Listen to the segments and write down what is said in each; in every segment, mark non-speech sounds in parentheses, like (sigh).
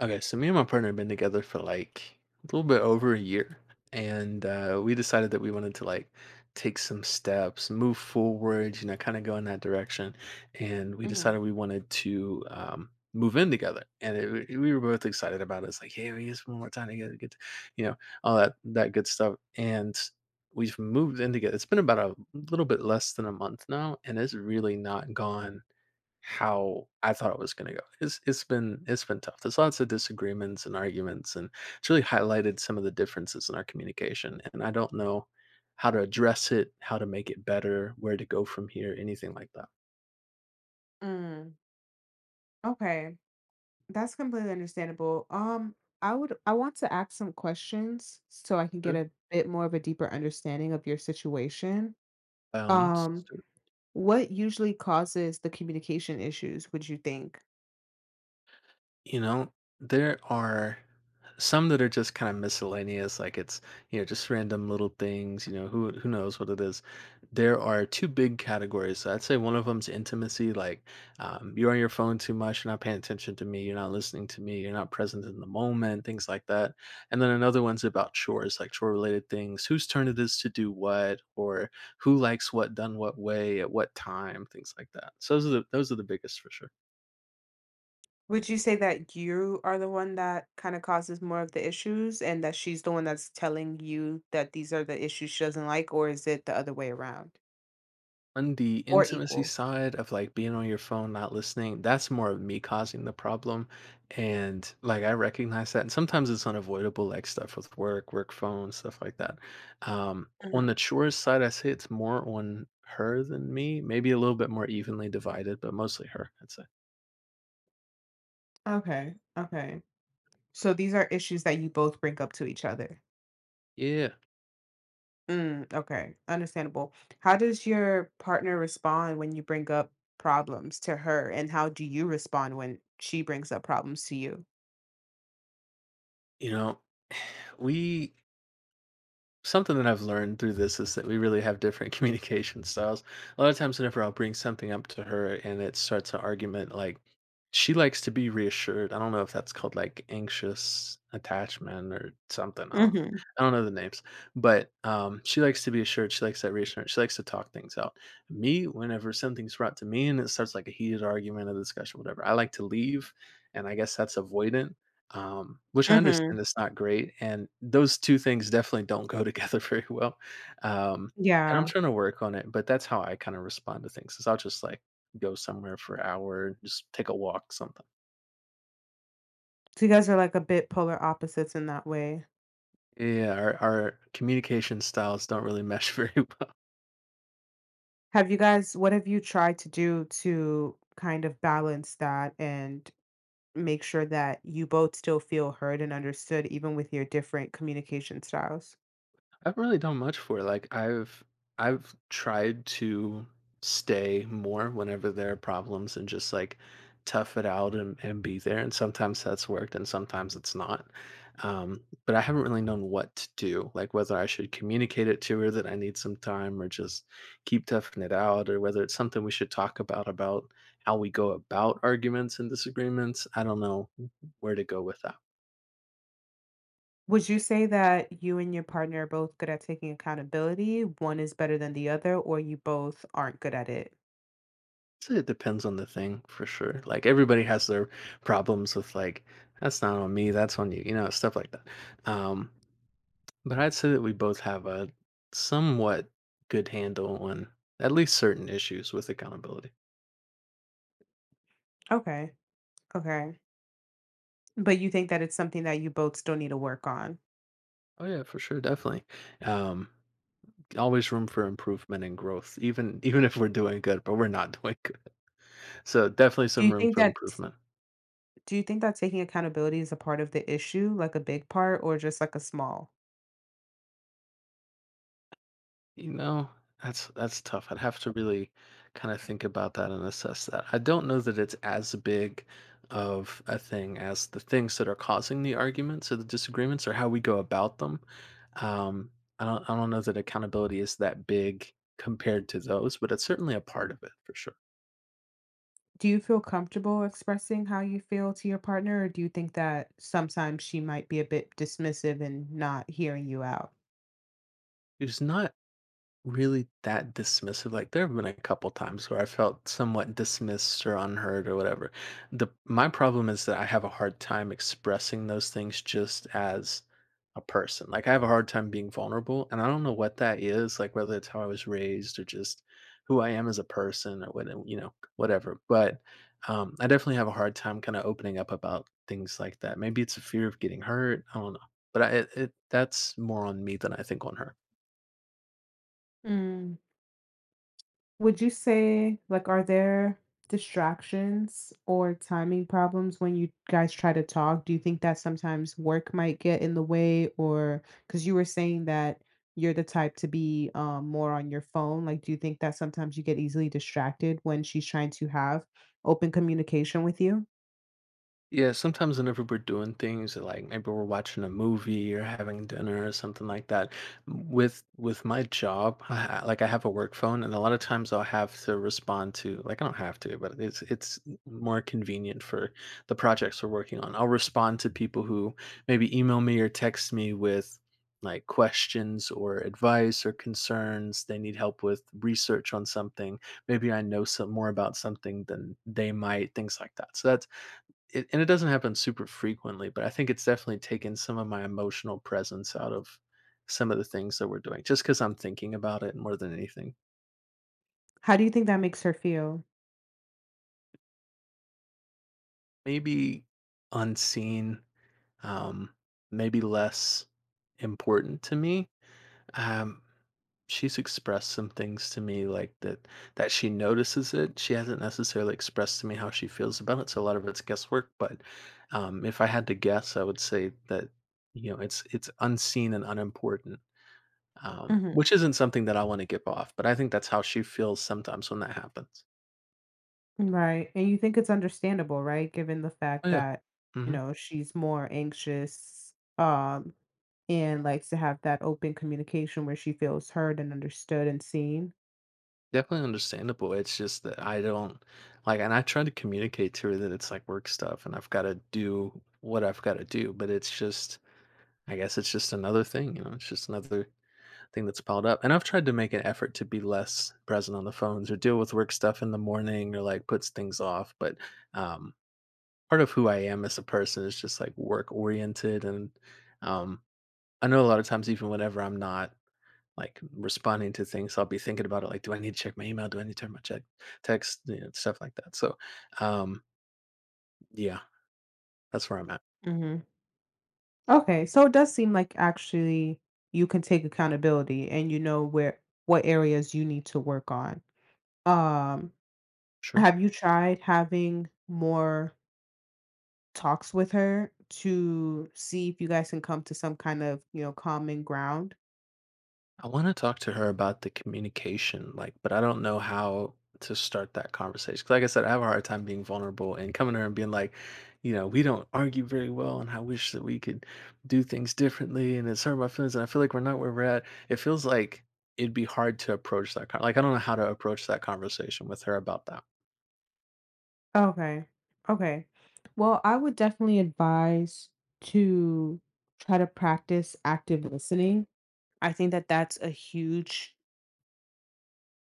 Okay, so me and my partner have been together for like a little bit over a year, and we decided that we wanted to like take some steps, move forward, kind of go in that direction. And we Mhm. decided we wanted to move in together, and we were both excited about it. It's like, hey, we just one more time to get, you know, all that good stuff. And we've moved in together. It's been about a little bit less than a month now, and it's really not gone how I thought it was gonna go. It's been tough. There's lots of disagreements and arguments, and it's really highlighted some of the differences in our communication. And I don't know how to address it, how to make it better, where to go from here, anything like that. Mm. Okay. That's completely understandable. I want to ask some questions so I can get Sure. a bit more of a deeper understanding of your situation. By all means. Let's Um, do it. what usually causes the communication issues, would you think? You know, there are some that are just kind of miscellaneous, like it's, just random little things, who knows what it is. There are two big categories. So I'd say one of them's intimacy, like you're on your phone too much, you're not paying attention to me, you're not listening to me, you're not present in the moment, things like that. And then another one's about chores, like chore related things, whose turn it is to do what, or who likes what done what way at what time, things like that. So those are the biggest for sure. Would you say that you are the one that kind of causes more of the issues and that she's the one that's telling you that these are the issues she doesn't like, or is it the other way around? On the Or intimacy equal? side of, like, being on your phone, not listening, that's more of me causing the problem, and, like, I recognize that, and sometimes it's unavoidable, like, stuff with work, work phone, stuff like that. On Mhm. the chores side, I say it's more on her than me, maybe a little bit more evenly divided, but mostly her, I'd say. Okay. Okay. So these are issues that you both bring up to each other. Yeah. Mm, okay, understandable. How does your partner respond when you bring up problems to her, and how do you respond when she brings up problems to you? You know, we something that I've learned through this is that we really have different (laughs) communication styles. A lot of times, whenever I'll bring something up to her and it starts an argument, like she likes to be reassured. I don't know if that's called like anxious attachment or something. I don't, Mm-hmm. I don't know the names, but she likes to be assured. She likes that reassurance. She likes to talk things out. Me, whenever something's brought to me and it starts like a heated argument, a discussion, whatever, I like to leave. And I guess that's avoidant which I Mm-hmm. understand that's not great, and those two things definitely don't go together (laughs) very well, um, and I'm Yeah, trying to work on it, but that's how I kinda respond to things, is I'll just, like, go somewhere for an hour and just take a walk, something. so you guys are like a bit polar opposites in that way. Yeah, our communication styles don't really mesh (laughs) very well. What have you tried to do to kind of balance that and make sure that you both still feel heard and understood, even with your different communication styles? I've really done much for it. Like I've tried to stay more whenever there are problems and just like tough it out and be there. And sometimes that's worked and sometimes it's not. But I haven't really known what to do, like whether I should communicate it to her that I need some time or just keep toughing it out, or whether it's something we should talk about how we go about arguments and disagreements. I don't know where to go with that. Would you say that you and your partner are both good at taking accountability? One is better than the other, or you both aren't good at it? So it depends on the thing for sure. Like everybody has their problems with like that's not on me, that's on you, stuff like that. Um, but I'd say that we both have a somewhat good handle on at least certain issues with accountability. Okay. Okay. But you think that it's something that you both still need to work on? Oh yeah, for sure, definitely. Um, always room for improvement and growth, even if we're doing good, but we're not (laughs) doing good. So definitely Do some you room think for that improvement. do you think that taking accountability is a part of the issue, like a big part, or just like a small? You know, that's tough. I'd have to really kind of think about that and assess that. I don't know that it's as big of a thing as the things that are causing the arguments or the disagreements or how we go about them. Um, I don't know that accountability is that big compared to those, but it's certainly a part of it for sure. Do you feel comfortable expressing how you feel to your partner, or do you think that sometimes she might be a bit dismissive and not hearing you out? It's not really that dismissive. Like there have been a couple times where I felt somewhat dismissed or unheard or whatever. The my problem is that I have a hard time expressing those things just as a person. Like I have a hard time being vulnerable and I don't know what that is, like whether it's how I was raised or just who I am as a person or what whatever. But I definitely have a hard time kind of opening up about things like that. Maybe it's a fear of getting hurt. I don't know. But that's more on me than I think on her. Mm. Would you say, like, are there distractions or timing problems when you guys try to talk? Do you think that sometimes work might get in the way, or because you were saying that you're the type to be more on your phone? Like, do you think that sometimes you get easily distracted when she's trying to have open communication with you? Yeah, sometimes whenever we're doing things like maybe we're watching a movie or having dinner or something like that. With my job, like I have a work phone, and a lot of times I'll have to respond to like I don't have to, but it's more convenient for the projects we're working on. I'll respond to people who maybe email me or text me with like questions or advice or concerns they need help with research on something maybe I know some more about something than they might, things like that. So that's it, and it doesn't happen super frequently, but I think it's definitely taken some of my emotional presence out of some of the things that we're doing, just because 'cause I'm thinking about it more than anything. How do you think that makes her feel? Maybe unseen, um, maybe less important to me. Um, she's expressed some things to me, like, that she notices it. She hasn't necessarily expressed to me how she feels about it, so a lot of it's guesswork, but, if I had to guess, I would say that, it's unseen and unimportant. Um, Mhm. which isn't something that I wanna give off, but I think that's how she feels sometimes when that happens. Right, and you think it's understandable, right? Given the Oh, fact yeah. that, you Mhm. know, she's more anxious, and likes to have that open communication where she feels heard and understood and seen. Definitely understandable. It's just that I don't like and I try to communicate to her that it's, like, work stuff and I've gotta do what I've gotta do, but it's just I guess it's just another thing, you know? It's just another thing that's piled up, and I've tried to make an effort to be less present on the phones or deal with work stuff in the morning or, like, puts things off, but, um, part of who I am as a person is just, like, work-oriented and, um, I know a lot of times even whenever I'm not, like, responding to things, I'll be thinking about it, like, "Do I need to check my email? Do I need to check my check text?" Stuff like that, so, um, yeah, that's where I'm at. Mhm. Okay, so it does seem like actually you can take accountability and you know where what areas you need to work on. Um, Sure. have you tried having more talks with her to see if you guys can come to some kind of, you know, common ground? I want to talk to her about the communication, like, but I don't know how to start that conversation. 'Cause like I said, I have a hard time being vulnerable and coming to her and being like, we don't argue very well, and I wish that we could do things differently, and it's hurt my feelings, and I feel like we're not where we're at. It feels like it'd be hard to approach that. Like, I don't know how to approach that conversation with her about that. Okay. Okay. Well, I would definitely advise to try to practice active listening. I think that that's a huge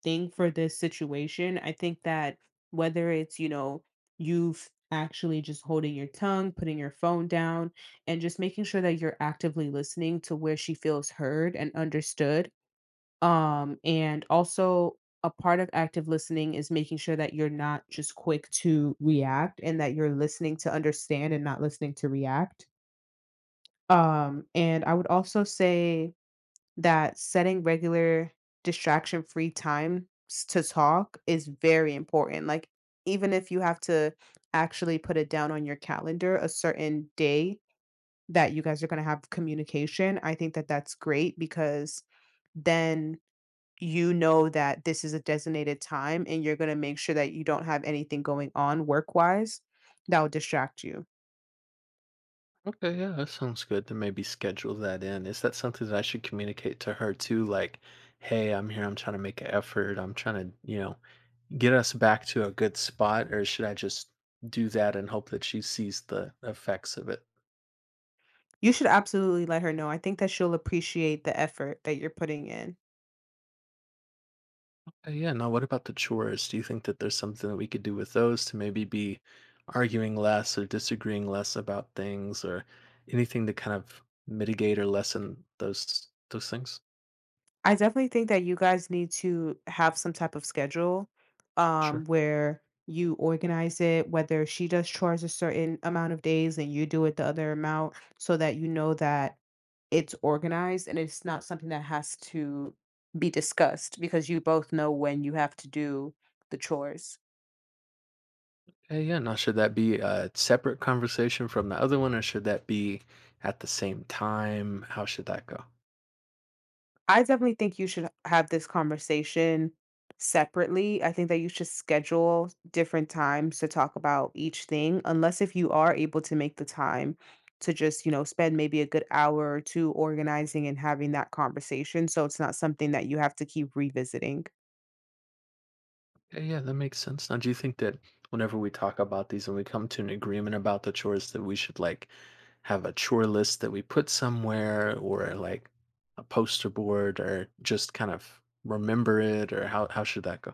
thing for this situation. I think that whether it's, you know, you've actually just holding your tongue, putting your phone down, and just making sure that you're actively listening to where she feels heard and understood. And also a part of active listening is making sure that you're not just quick to react and that you're listening to understand and not listening to react. And I would also say that setting regular distraction free to talk is very important. Like, even if you have to actually put it down on your calendar a certain day that you guys are going to have communication, I think that that's great because then you know that this is a designated time and you're going to make sure that you don't have anything going on work wise that will distract you. Okay, yeah, that sounds good to maybe schedule that in. Is that something that I should communicate to her too? Like, hey, I'm here, I'm trying to make an effort, I'm trying to, get us back to a good spot, or should I just do that and hope that she sees the effects of it? You should absolutely let her know. I think that she'll appreciate the effort that you're putting in. Yeah, now what about the chores? Do you think that there's something that we could do with those to maybe be arguing less or disagreeing less about things or anything to kind of mitigate or lessen those things? I definitely think that you guys need to have some type of schedule, Sure. where you organize it, whether she does chores a certain amount of days and you do it the other amount, so that you know that it's organized and it's not something that has to be discussed because you both know when you have to do the chores. Okay, yeah. Now, should that be a separate conversation from the other one, or should that be at the same time? How should that go? I definitely think you should have this conversation separately. I think that you should schedule different times to talk about each thing, unless if you are able to make the time to just, you know, spend maybe a good hour or two organizing and having that conversation. So it's not something that you have to keep revisiting. Okay, yeah, that makes sense. Now, do you think that whenever we talk about these and we come to an agreement about the chores, that we should like have a chore list that we put somewhere, or like a poster board, or just kind of remember it, or how should that go?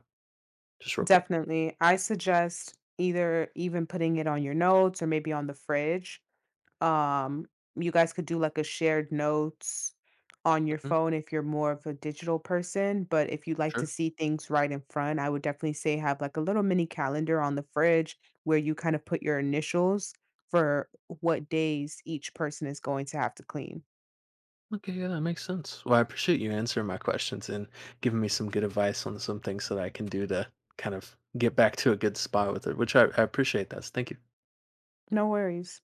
Just real quick. Definitely. I suggest either even putting it on your notes or maybe on the fridge. Um, you guys could do like a shared notes on your Mhm. phone if you're more of a digital person. But if you like to Sure. see things right in front, I would definitely say have like a little mini calendar on the fridge where you kind of put your initials for what days each person is going to have to clean. Okay, yeah, that makes sense. Well, I appreciate you answering my questions and giving me some good advice on some things that I can do to kind of get back to a good spot with it, which I appreciate that. So thank you. No worries.